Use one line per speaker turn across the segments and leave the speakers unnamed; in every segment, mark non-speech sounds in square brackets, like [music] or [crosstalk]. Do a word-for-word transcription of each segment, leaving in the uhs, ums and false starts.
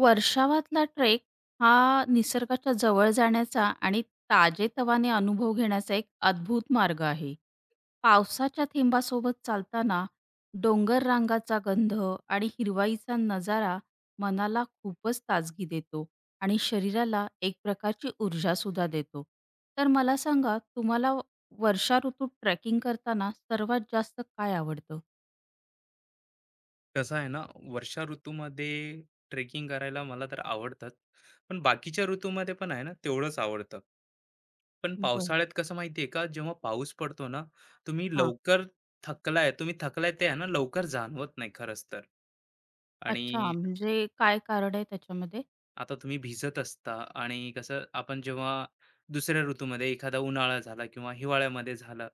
वर्षावातला trek हा निसर्गाच्या जवळ जाण्याचा आणि ताजेतवाने अनुभव घेण्याचा एक अद्भुत मार्ग आहे. पावसाच्या थेंबासोबत चालताना डोंगर रांगाचा गंध आणि हिरवाईचा नजारा मनाला खूपच ताजगी देतो आणि शरीराला एक प्रकारची ऊर्जासुद्धा देतो. तर मला सांगा तुम्हाला वर्षा ऋतूत ट्रेकिंग करताना सर्वात जास्त काय आवडतं?
कसं आहे ना वर्षा ऋतूमध्ये ट्रेकिंग करायला मला तर आवडतात, पण बाकीच्या ऋतूमध्ये पण आहे ना तेवढंच आवडतं. पण
बरं.
पावसाळ्यात कसं माहितीये का, जेव्हा पाऊस पडतो ना, तुम्ही
हां.
लवकर थकलाय तुम्ही थकलाय ते आहे ना लवकर जाणवत नाही खरंच तर. आणि
अच्छा म्हणजे काय कारण आहे त्याच्यामध्ये?
आता तुम्ही भिजत असता, आणि कसं आपण जेव्हा दुसऱ्या ऋतूमध्ये एखादा उन्हाळा झाला किंवा हिवाळ्यामध्ये झाला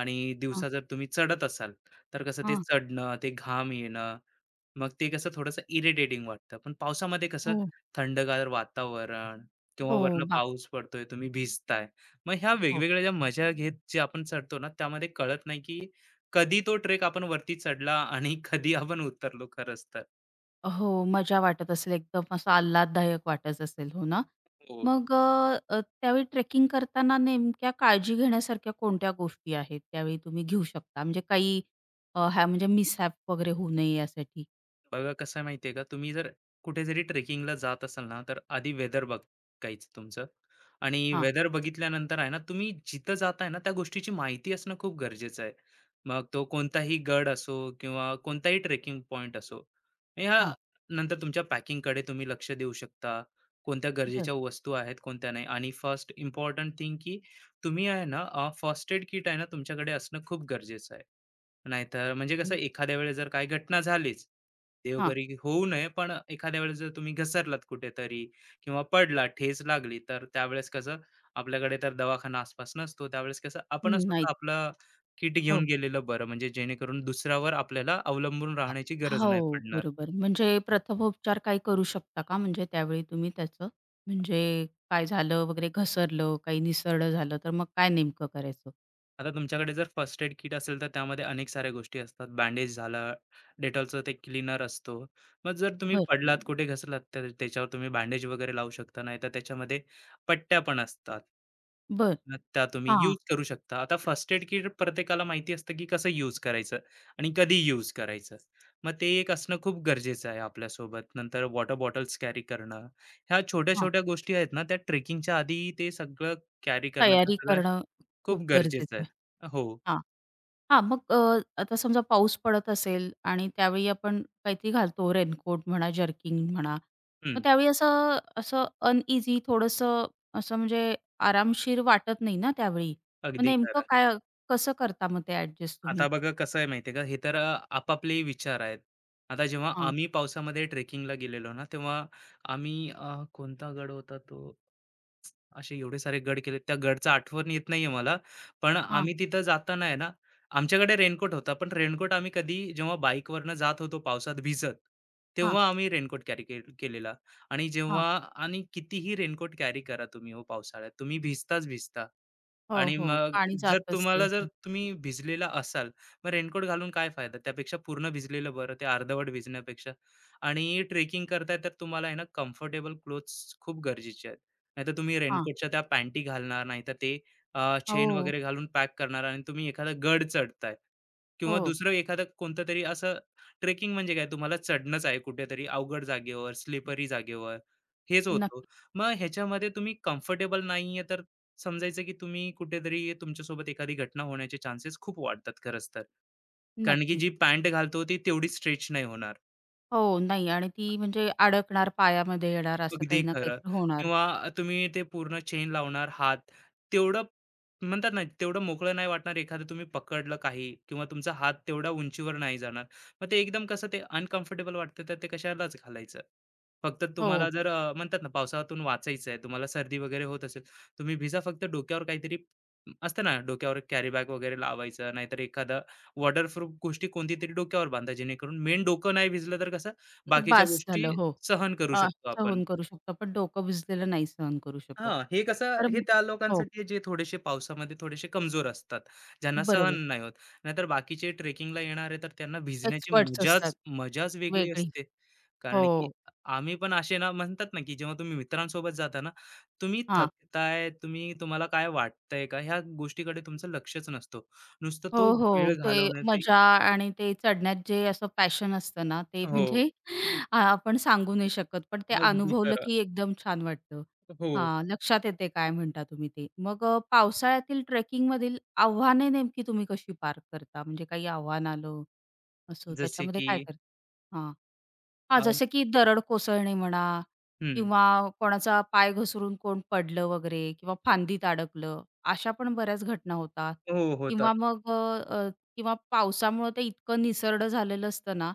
आणि
हां,
दिवसा जर तुम्ही चढत असाल, तर कसं ते
हां.
चढणं, ते घाम येणं, मग ते कसं थोडंसं इरिटेटिंग वाटतं. पण पावसामध्ये कसं
हो.
थंडगार वातावरण, किंवा
हो,
वरनं
बाक
पाऊस पडतोय, तुम्ही भिजताय. मग ह्या
हो.
वेगवेगळ्या ज्या मजा घेत जे आपण चढतो ना, त्यामध्ये कळत नाही की कधी तो ट्रेक आपण वरती चढला आणि [laughs] कधी आपण उतरलो खरंच तर.
हो, मजा वाटत असेल एकदम असं आल्हाददायक वाटत असेल, हो ना?
हो.
मग अ, अ, त्यावेळी ट्रेकिंग करताना नेमक्या काळजी घेण्यासारख्या कोणत्या गोष्टी आहेत, त्यावेळी तुम्ही घेऊ शकता? म्हणजे काही अ, ह्या म्हणजे मिसहॅप वगैरे होऊ नये यासाठी?
बघा कसं आहे माहितीये का, तुम्ही जर कुठे जरी ट्रेकिंगला जात असाल ना, तर आधी वेदर बघायचं तुमचं. आणि
हां,
वेदर बघितल्यानंतर आहे ना, तुम्ही जिथं जाताय ना त्या गोष्टीची माहिती असणं खूप गरजेचं आहे. मग तो कोणताही गड असो किंवा कोणताही ट्रेकिंग पॉइंट असो. ह्या
हां.
नंतर तुमच्या पॅकिंगकडे तुम्ही लक्ष देऊ शकता, कोणत्या
बरं,
गरजेच्या वस्तू आहेत कोणत्या नाही. आणि फर्स्ट इम्पॉर्टंट थिंग की तुम्ही आहे ना, फर्स्ट एड किट आहे ना तुमच्याकडे असणं खूप गरजेचं आहे. नाहीतर म्हणजे कसं,
बरं.
एखाद्या वेळेस जर काही घटना झालीच,
हां.
देवघरी होऊ नये, पण एखाद्या वेळेस जर तुम्ही घसरलात कुठेतरी किंवा पडला, ठेच लागली, तर त्यावेळेस कसं आपल्याकडे तर दवाखाना आसपास नसतो. त्यावेळेस कसं आपणच
हं, नाही.
स्वतः आपलं किट घेऊन
हो.
गेलेलं बरं, म्हणजे जेणेकरून दुसऱ्यावर आपल्याला अवलंबून
अ,
राहण्याची गरज
हो,
नाही पडणार.
बरोबर. म्हणजे प्रथमोपचार काही करू शकता का म्हणजे त्यावेळी तुम्ही त्याचं? म्हणजे काय झालं वगैरे घसरलं, काही निसरडं झालं, तर मग काय नेमकं करायचं?
आता तुमच्याकडे जर फर्स्ट एड किट असेल तर त्यामध्ये अनेक साऱ्या गोष्टी असतात. बँडेज झाला, डेटॉलचं ते क्लीनर असतो. मग जर तुम्ही
बरं,
पडलात, कुठे घसलात, तर त्याच्यावर तुम्ही बँडेज वगैरे लावू शकता. नाहीतर त्याच्यामध्ये पट्ट्या पण असतात.
बरं.
मग त्या तुम्ही
हां,
यूज करू शकता. आता फर्स्ट एड किट प्रत्येकाला माहिती असतं, की कसं यूज करायचं आणि कधी यूज करायचं. मग ते एक असणं खूप गरजेचं आहे आपल्यासोबत. नंतर वॉटर बॉटल्स कॅरी करणं. ह्या
हां.
छोट्या-छोट्या गोष्टी आहेत ना, त्या ट्रेकिंगच्या आधी ते सगळं कॅरी करणं, त्या
तयारी
सगळ्या
करणं
खूप
खूप
गरजेचं
गरजेचं
आहे.
आहे.
हो.
हां, हां. मग अ, आता समजा पाऊस पडत असेल आणि त्यावेळी आपण काहीतरी घालतो रेनकोट म्हणा, जर्किंग म्हणा. मग
हं.
त्यावेळी असं असं अनइझी थोडंसं असं म्हणजे आरामशीर वाटत नाही ना त्यावेळी. मग
अगदी
नेमकं
खरं.
काय कसं करता मग ते ॲडजस्ट तुम्ही?
आता बघा कसं आहे माहिती आहे का, हे तर अ, आपापले विचार आहेत. आता जेव्हा
हां,
आम्ही पावसामध्ये ट्रेकिंगला गेलेलो ना, तेव्हा आम्ही अ, कोणता गड होता तो? असे एवढे सारे गड केले. त्या गडचा आठवण येत नाहीये मला. पण
हां,
आम्ही तिथं जाताना आहे ना, आमच्याकडे रेनकोट होता. पण रेनकोट आम्ही कधी जेव्हा बाईकवरनं जात होतो पावसात भिजत,
हां,
तेव्हा आम्ही रेनकोट कॅरी के केलेला. आणि
हां.
जेव्हा, आणि कितीही रेनकोट कॅरी करा तुम्ही, हो, पावसाळ्यात तुम्ही भिजताच भिजता.
हो,
आणि
हो.
मग
पाणी
जर
जात
तुम्हाला,
असते.
जर तुम्ही भिजलेला असाल, मग रेनकोट घालून काय फायदा? त्यापेक्षा पूर्ण भिजलेलं बरं, ते अर्धवट भिजण्यापेक्षा. आणि ट्रेकिंग करताय तर तुम्हाला आहे ना, कम्फर्टेबल क्लोथ्स खूप गरजेचे आहेत. नाहीतर तुम्ही
हां.
रेनकोटच्या त्या पॅन्टी घालणार, नाहीतर ते अ, चेन
हो,
वगैरे घालून पॅक करणार आणि तुम्ही एखादा गड चढताय किंवा
हो.
दुसरं एखादं कोणतं तरी असं ट्रेकिंग, म्हणजे काय, तुम्हाला चढणंच आहे कुठेतरी अवघड जागेवर, स्लिपरी जागेवर, हेच होतं.
नक्की,
मग ह्याच्यामध्ये तुम्ही कम्फर्टेबल नाहीये तर समजायचं की तुम्ही कुठेतरी तुमच्यासोबत एखादी घटना होण्याचे चान्सेस खूप वाढतात खरंच तर. कारण की जी
नक्कीच.
पॅन्ट घालतो ती तेवढी स्ट्रेच नाही होणार.
हो, नाही आणि ती म्हणजे अडकणार, पायामध्ये येणार असं
अगदी
काही ना
खरं.
काहीतरी होणार.
किंवा तुम्ही ते पूर्ण चेन लावणार हात, तेवढं म्हणतात ना, तेवढं मोकळं नाही वाटणार, एखादं तुम्ही पकडलं काही किंवा तुमचा हात तेवढ्या उंचीवर नाही जाणार. मग ते एकदम कसं ते अनकम्फर्टेबल वाटतं, तर ते कशालाच घालायचं. फक्त तुम्हाला
हो,
जर अ, म्हणतात ना, पावसातून वाचायचं आहे, तुम्हाला सर्दी वगैरे होत असेल, तुम्ही भिजा, फक्त डोक्यावर काहीतरी, म, असतं ना, डोक्यावर कॅरी बॅग वगैरे लावायचं नाहीतर एखादा वॉटरप्रूफ गोष्टी कोणती तरी डोक्यावर बांधा, जेणेकरून मेन डोकं नाही भिजलं तर कसं बाकीच्या
बास
गोष्टी
झालं. हो.
सहन करू
अ,
शकतो आपण.
सहन करू शकतो, पण डोकं भिजलेलं नाही सहन करू शकत.
हां, हे कसं,
तर
हे त्या
हो,
लोकांसाठी आहे जे थोडेसे पावसामध्ये थोडेसे कमजोर असतात, ज्यांना सहन
बरोबर.
नाही होत. नाहीतर बाकीचे ट्रेकिंगला येणारे तर त्यांना भिजण्याची
एक्सपर्ट्स असतात.
मजाच मजाच वेगळी
वेगळी.
असते.
हो,
कारण की आम्ही पण असे ना, म्हणतात ना, की जेव्हा तुम्ही मित्रांसोबत जाता ना, तुम्ही
हां.
थकताय, तुम्ही तुम्हाला काय वाटतंय का ह्या गोष्टीकडे तुमचं लक्षच नसतो. नुसतं
हो,
तो
हो.
वेळ
ते
घालवण्यात ते.
मजा आणि ते चढण्यात जे असं पॅशन असतं ना, ते
हो,
म्हणजे [laughs] अ, आपण सांगू नाही शकत. पण ते
अगदी
अनुभवलं
खरं.
की एकदम छान वाटतं.
हो,
हां, लक्षात येते काय म्हणता तुम्ही ते. मग अ, पावसाळ्यातील ट्रेकिंगमधील आव्हाने नेमकी तुम्ही कशी पार करता? म्हणजे काही आव्हान आलं असं
जसे
त्याच्यामध्ये
की
काय करता? हां,
अ,
जसं की दरड कोसळणे म्हणा
हं.
किंवा कोणाचा पाय घसरून कोण पडलं वगैरे किंवा फांदीत अडकलं, अशा पण बऱ्याच घटना होतात
हो, होतात.
किंवा मग अ, अ, किंवा पावसामुळं ते इतकं निसरडं झालेलं असतं ना,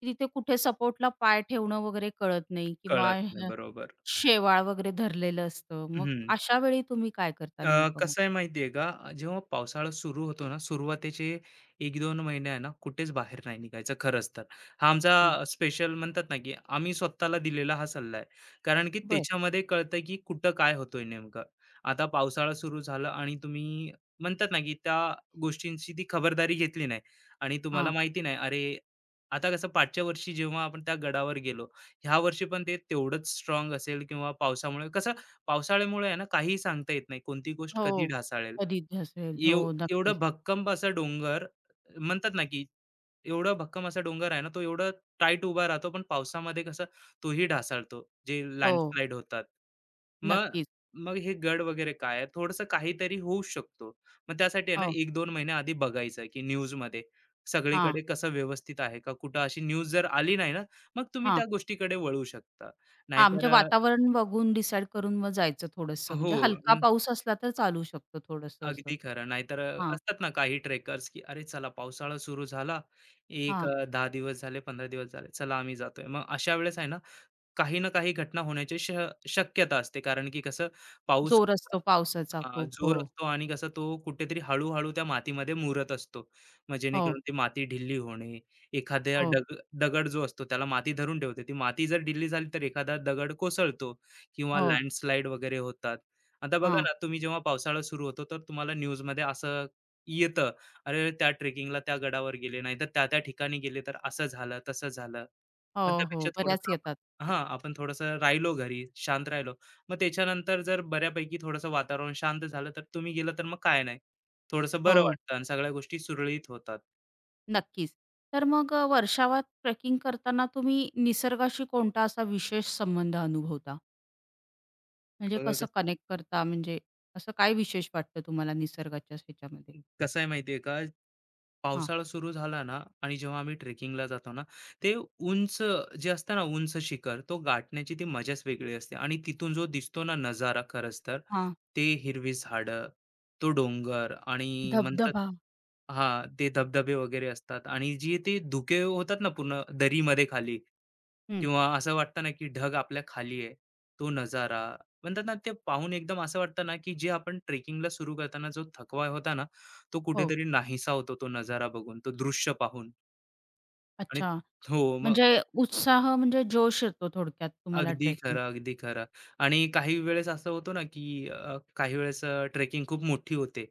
की तिथे कुठे सपोर्टला पाय ठेवणं वगैरे कळत नाही किंवा
कळत नाही.
अ,
बरोबर.
शेवाळ वगैरे धरलेलं असतं. मग
हं.
अशा वेळी तुम्ही काय करता
अ,
नेमकं मग?
कसं आहे माहिती का? जेव्हा पावसाळा सुरू होतो ना, सुरुवातीचे एक ते दोन महिने आहे ना, कुठेच बाहेर नाही निघायचं खरंच तर. हा आमचा
हां,
स्पेशल, म्हणतात ना, की आम्ही स्वतःला दिलेला हा सल्ला आहे. कारण की
बरं.
त्याच्यामध्ये कळतं की कुठं काय होतोय नेमकं. आता पावसाळा सुरू झाला आणि तुम्ही म्हणतात ना, की त्या गोष्टींची ती खबरदारी घेतली नाही आणि तुम्हाला
हां.
माहिती नाही, अरे, आता कसं पाठच्या वर्षी जेव्हा आपण त्या गडावर गेलो, ह्या वर्षी पण ते तेवढंच स्ट्राँग असेल किंवा पावसामुळे कसं, पावसाळ्यामुळे आहे ना, काहीही सांगता येत नाही. कोणती गोष्ट
हो.
कधी ढासाळेल.
कधी असेल. हो,
एव
नक्कीच.
एवढं भक्कम असा डोंगर, म्हणतात ना, की एवढा भक्कम असा डोंगर आहे ना, तो एवढा टाईट उभा राहतो. पण पावसामध्ये कसं तोही ढासाळतो, जे
हो,
लँडस्लाईड होतात. मग,
नक्कीच.
मग हे गड वगैरे काय आहे, थोडंसं काहीतरी होऊ शकतो. मग त्यासाठी आहे ना,
हो.
एक ते दोन महिन्या आधी बघायचं, की न्यूजमध्ये
हां,
सगळीकडे कसं व्यवस्थित आहे का? कुठं अशी न्यूज जर आली नाही ना, मग तुम्ही त्या गोष्टीकडे वळू शकता.
हां, म्हणजे
नाहीतर
वातावरण बघून डिसाईड करून मग जायचं
अ,
थोडंसं.
हो.
म्हणजे हलका पाऊस असला तर चालू शकतो थोडंसं असं.
अगदी खरं. नाहीतर अ,
हां,
असतात ना काही ट्रेकर्स, की "अरे चला पावसाळा सुरू झाला. एक
हां.
अ, दहा दिवस झाले, पंधरा दिवस झाले. चला आम्ही जातोय." मग अशा वेळेस आहे ना, काही ना काही घटना होण्याची श शक्यता असते. कारण की कसं पाऊस,
जोर असतो पावसाचा
हां,
खूप. हो,
जोर असतो आणि कसं तो कुठेतरी हळू-हळू त्या मातीमध्ये मुरत असतो. मग
हो,
जेणेकरून ती माती ढिली होणे, एखाद्या
हो,
डग दगड जो असतो त्याला माती धरून ठेवते. ती माती जर ढिली झाली तर एखादा दगड कोसळतो किंवा
हो.
लँडस्लाईड वगैरे होतात. आता बघा
हां.
ना, तुम्ही जेव्हा पावसाळा सुरू होतो तर तुम्हाला न्यूजमध्ये असं येतं, "अरे, त्या ट्रेकिंगला त्या गडावर गेले, नाहीतर त्या-त्या ठिकाणी गेले तर असं झालं, तसं झालं."
हो,
मग
हो.
त्यापेक्षा
बऱ्याच
थोडंसं आपण,
येतात.
हां, आपण थोडंसं राहिलो घरी, शांत राहिलो, मग त्याच्यानंतर जर बऱ्यापैकी थोडंसं वातावरण शांत झालं, तर तुम्ही गेला तर मग काय नाही. थोडंसं बरं
हो,
वाटतं आणि सगळ्या गोष्टी सुरळीत होतात.
नक्कीच. तर मग अ, वर्षावात ट्रेकिंग करताना तुम्ही निसर्गाशी कोणता असा विशेष संबंध अनुभवता? म्हणजे
बघा
कसं
कसं
कनेक्ट करता? म्हणजे असं काय विशेष वाटतं तुम्हाला निसर्गाच्या ह्याच्यामध्ये?
कसं आहे माहिती का?
हां,
पावसाळा सुरू झाला ना आणि जेव्हा आम्ही ट्रेकिंगला जातो ना, ते उंच जे असतं ना, उंच शिखर तो गाठण्याची ती मजाच वेगळी असते आणि तिथून जो दिसतो ना नजारा खरंच तर,
हां.
ते हिरवी झाडं, तो डोंगर आणि म्हणतात,
धबधबा.
हां, ते धबधबे वगैरे असतात आणि जे ते धुके होतात ना पूर्ण दरीमध्ये खाली,
हं.
किंवा असं वाटतं ना, की ढग आपल्या खाली आहे. तो नजारा, म्हणतात ना, ते पाहून एकदम असं वाटतं ना, की जे आपण ट्रेकिंगला सुरू करताना जो थकवा होता ना, तो
हो.
कुठेतरी नाहीसा होतो, तो नजारा बघून, तो दृश्य पाहून. आणि
अच्छा.
हो, मग
म्हणजे उत्साह म्हणजे जोश येतो थोडक्यात तुम्हाला
अगदी
ट्रेकिंग.
खरं, अगदी खरं. आणि काही वेळेस असं होतं ना, की अ, काही वेळेस ट्रेकिंग खूप मोठी होते.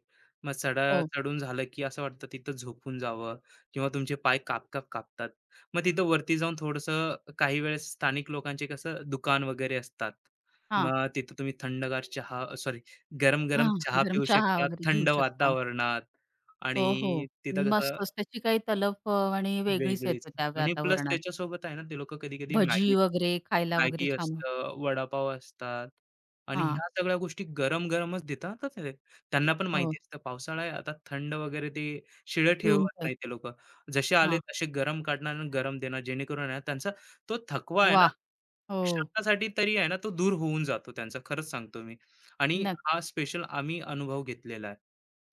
मग चढा
हो.
चढून झालं, की असं वाटतं तिथं झोपून जावं किंवा तुमचे पाय काप-काप कापतात. मग तिथं वरती जाऊन थोडंसं, काही वेळेस स्थानिक लोकांचे कसं दुकान वगैरे असतात.
हां,
मग तिथं तुम्ही थंडगार चहा सॉरी गरम-गरम
हां.
चहा
गरम
पिऊ
चहा
शकता
वगैरे घेऊ
थंड
शकता.
वातावरणात. आणि
हो, हो.
तिथं कसं
मस्तच त्याची काही तलफ अ, आणि वेगळीच
वेगळीच,
येते त्या
आणि प्लस
वातावरणात.
त्याच्यासोबत आहे ना, ते लोकं कधी-कधी
भजी
मॅगी
वगैरे खायला वगैरे
मॅगी
छान
असतं, वडापाव असतात, आणि
हां.
ह्या सगळ्या गोष्टी गरम-गरमच देतात हां ते. त्यांना पण
हो.
माहिती असतं पावसाळा आहे, आता थंड वगैरे ते शिळं
पिऊन
ठेवत
काय
नाही ते लोकं. जसे आले
हां.
तसे गरम काढणार आणि गरम देणार जेणेकरून आहे ना, त्यांचा तो थकवा आहे ना,
वाह! हो.
क्षणासाठी तरी आहे ना, तो दूर होऊन जातो त्यांचा. खरंच सांगतो मी, आणि हा
नक्की.
स्पेशल आम्ही अनुभव घेतलेला आहे.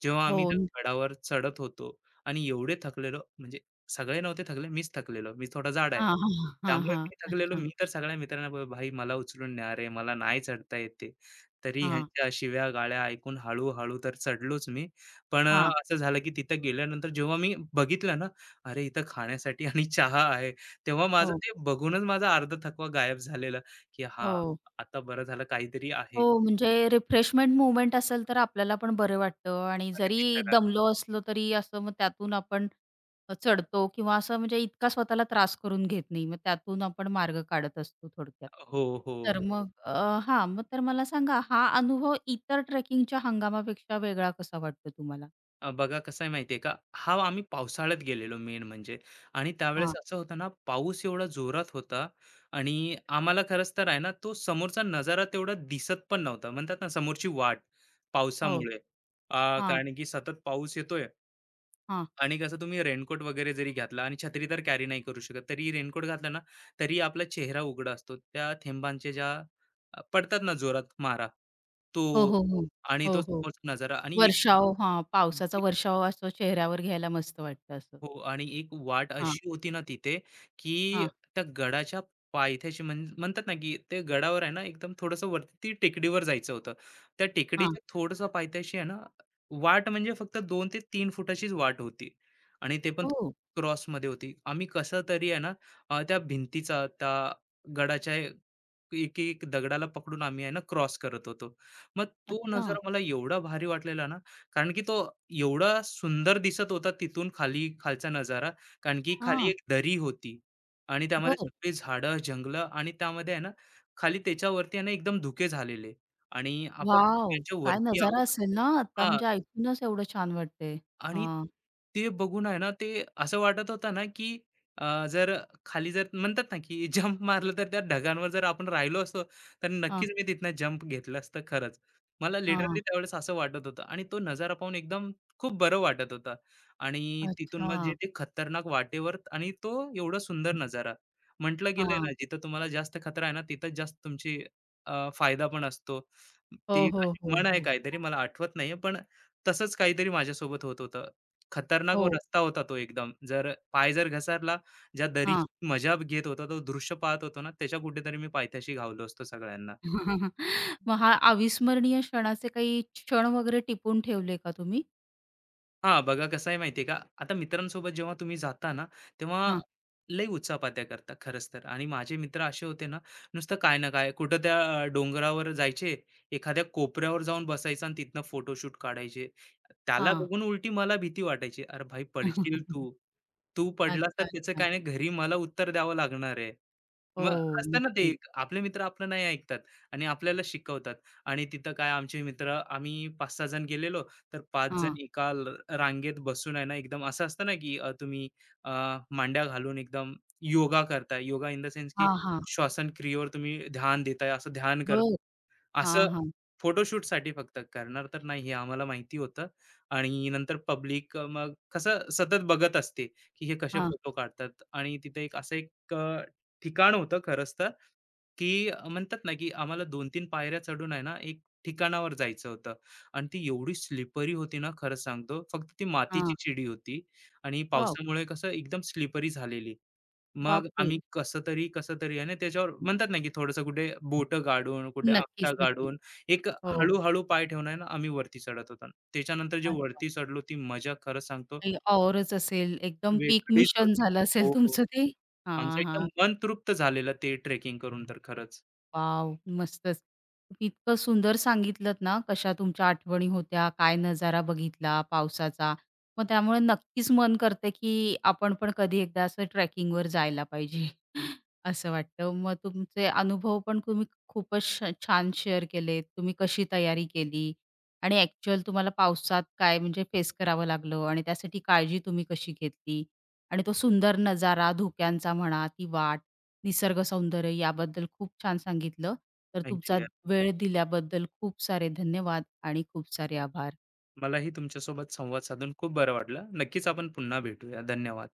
जेव्हा
हो.
आम्ही त्या गडावर चढत होतो आणि एवढे थकलेलो, म्हणजे सगळे नव्हते थकले, मीच थकलेलो. मी थोडा जाड आहे.
हां, हां, हां,
त्यामुळे
हां.
मी थकलेलो.
अच्छा.
मी तर सगळ्या मित्रांना ब भाई मला उचलून न्या रे, मला नाही चढता येत, तरी
हां,
ह्यांच्या शिव्या-गाळ्या ऐकून हळू तर चढलोच मी. पण अ,
हां.
असं झालं की तिथं गेल्यानंतर जेव्हा मी बघितलं ना, अरे इथं खाण्यासाठी आणि चहा आहे. तेव्हा माझं
हो,
ते बघूनच माझा अर्धा थकवा गायब झालेला, की हां,
हो.
आता बरं झालं, काहीतरी आहे.
हो, म्हणजे रिफ्रेशमेंट मूव्हमेंट असेल तर आपल्याला पण बरं वाटतं आणि
अगदी
जरी
खरं.
दमलो असलो तरी असं मग त्यातून आपण अ, चढतो किंवा असं म्हणजे इतका स्वतःला त्रास करून घेत नाही. मग त्यातून आपण मार्ग काढत असतो थोडक्यात.
हो,
तर
हो.
मग अ, हां, मग तर मला सांगा हा अनुभव इतर ट्रेकिंगच्या हंगामापेक्षा वेगळा कसा वाटतो तुम्हाला?
अ, बघा कसं आहे माहितीये का, हा आम्ही पावसाळ्यात गेलेलो मेन म्हणजे, आणि त्यावेळेस
हां.
असं होतं ना, पाऊस एवढा जोरात होता आणि आम्हाला खरंच तर आहे ना तो समोरचा नजारा तेवढा दिसत पण नव्हता, म्हणतात ना, समोरची वाट
हो.
पावसामुळे, अ,
हां,
कारण की सतत पाऊस येतोय.
हां.
आणि कसं तुम्ही रेनकोट वगैरे जरी घातला, आणि छत्री तर कॅरी नाही करू शकत, तरी रेनकोट घातला ना तरी आपला चेहरा उघडा असतो, त्या थेंबांचे ज्या अ, पडतात ना जोरात मारा तो.
हो, हो, हो.
आणि तो
हो, हो.
समोरचा नजारा आणि एक,
वर्षाव हां, पावसाचा वर्षाव असं चेहऱ्यावर घ्यायला मस्त वाटतं असं.
हो, आणि एक वाट
हां,
अशी होती ना तिथे, की
हां,
त्या गडाच्या पायथ्याशी म्हण म्हणतात ना, की ते गडावर आहे ना, एकदम थोडंसं वरती ती टेकडीवर जायचं होतं. त्या
हां.
टेकडीच्या थोडंसं पायथ्याशी आहे ना, वाट म्हणजे फक्त दोन ते तीन फुटाचीच वाट होती, आणि ते पण
हो,
क्रॉसमध्ये होती. आम्ही कसं तरी आहे ना, अ, त्या भिंतीचा, त्या गडाच्या एक-एक दगडाला पकडून आम्ही आहे ना, क्रॉस करत होतो. मग तो
अच्छा.
नजारा मला एवढा भारी वाटलेला ना, कारण की तो एवढा सुंदर दिसत होता तिथून खाली, खालचा नजारा. कारण की खाली
हां,
एक दरी होती, आणि त्यामध्ये
बरं.
सगळी झाडं, जंगलं आणि त्यामध्ये आहे ना, खाली त्याच्यावरती आहे ना एकदम धुके झालेले, आणि आपण
वॉव!
त्याच्या
काय
वरती आहोत.
नजारा असेल ना आता,
हां.
म्हणजे ऐकूनच एवढं छान वाटतंय.
आणि
हां,
ते बघून आहे ना, ते असं वाटत होतं ना, की अ, जर खाली जर म्हणतात ना, की जंप मारलं, तर त्या ढगांवर जर आपण राहिलो असतो, तर
हां,
नक्कीच मी तिथनं जंप घेतलं असतं खरंच. मला
हां.
लिटरली त्यावेळेस असं वाटत होतं, आणि तो नजारा पाहून एकदम खूप बरं वाटत होतं, आणि तिथून
अच्छा.
मग जे ते खतरनाक वाटेवर आणि तो एवढा सुंदर नजारा. म्हटलं गेलंय ना,
हां.
जिथं तुम्हाला जास्त खतरा आहे ना, तिथं जास्त तुमची अ, फायदा पण असतो. ते
हो,
एक
हो,
अशी
हो,
म्हण आहे
हो.
काहीतरी, मला आठवत नाहीये, पण तसंच काहीतरी माझ्यासोबत होत होतं. खतरनाक व
हो,
रस्ता होता तो एकदम. जर पाय जर घसरला, ज्या
हां.
दरीची मजा घेत होता, तो दृश्य पाहत होतो ना, त्याच्या कुठेतरी मी पायथ्याशी घावलो असतो सगळ्यांना.
[laughs] मग हा अविस्मरणीय क्षणाचे काही क्षण वगैरे टिपून ठेवले का तुम्ही?
हां, बघा कसं आहे माहिती आहे का, आता मित्रांसोबत जेव्हा तुम्ही जाता ना, तेव्हा
हां,
लई उत्साहपात्या करता खरंच तर. आणि माझे मित्र असे होते ना, नुसतं काय ना काय कुठं त्या अ, डोंगरावर जायचे, एखाद्या कोपऱ्यावर जाऊन बसायचं आणि तिथनं फोटोशूट काढायचे. त्याला
हां.
बघून उलटी मला भीती वाटायची. "अरे भाई पडशील
[laughs]
तू. तू पडलास तर
अच्छा,
त्याचं
अच्छा.
काय नाही, घरी मला उत्तर द्यावं लागणार आहे." मग
हो,
असतं ना ते,
नक्कीच.
एक आपले मित्र आपलं नाही ऐकतात आणि आपल्याला शिकवतात. आणि तिथं काय, आमचे मित्र आम्ही पाच सहा जण गेलेलो, तर पाच जण
हां,
एका ल रांगेत बसून आहे ना, एकदम असं असतं ना, की अ, तुम्ही अ, मांड्या घालून एकदम योगा करताय. योगा इन द सेन्स की
हां, हां.
श्वासन क्रियेवर तुम्ही ध्यान देताय, असं ध्यान कर,
बरं.
असं
हां, हां,
फोटोशूटसाठी फक्त. करणार तर नाही हे आम्हाला माहिती होतं. आणि नंतर पब्लिक मग कसं सतत बघत असते, की हे कसे
हां,
फोटो काढतात, आणि तिथे एक असं एक अ, ठिकाण होतं खरंच तर, की अ, म्हणतात ना, की आम्हाला दोन तीन पायऱ्या चढून आहे ना, एक ठिकाणावर जायचं होतं, आणि ती एवढी स्लिपरी होती ना, खरं सांगतो. फक्त ती मातीची
हां.
चिडी होती आणि
वॉव!
पावसामुळे कसं एकदम स्लिपरी झालेली. मग
बापरे!
आम्ही कसं तरी, कसं तरी, आणि त्याच्यावर म्हणतात ना, की थोडंसं कुठे बोटं गाडून, कुठे आपटा
नक्कीच, नक्कीच.
गाडून, एक
हो.
हळू पाय ठेवून आहे ना, आम्ही वरती चढत होतो. त्याच्यानंतर जे
अरे वाह!
वरती चढलो ती मजा खरं सांगतो
काही औरच असेल, एकदम पीक
वेगळीच
मिशन
होती.
झालं
हो,
असेल
हो.
तुमचं ते.
आमचं
हां, हां.
एकदम मन तृप्त झालेलं ते ट्रेकिंग करून तर खरंच.
वाव, मस्तच. तुम्ही इतकं सुंदर सांगितलत ना, कशा तुमच्या आठवणी होत्या, काय नजारा बघितला पावसाचा. मग त्यामुळे नक्कीच मन करते की आपण पण कधी एकदा असं ट्रेकिंगवर जायला पाहिजे, [laughs] असं वाटतं. मग तुमचे अनुभव पण तुम्ही खूपच श छान शेअर केलेत. तुम्ही कशी तयारी केली आणि ॲक्चुअल तुम्हाला पावसात काय म्हणजे फेस करावं लागलं आणि त्यासाठी काळजी तुम्ही कशी घेतली आणि तो सुंदर नजारा, धुक्यांचा म्हणा, ती वाट निसर्ग सौंदर्य याबद्दल खूप छान सांगितलं. तर तुमचा
थँक,
वेळ दिल्याबद्दल खूप सारे धन्यवाद आणि खूप सारे आभार.
मलाही तुमच्यासोबत संवाद साधून खूप बरं वाटलं. नक्कीच आपण पुन्हा भेटूया. धन्यवाद.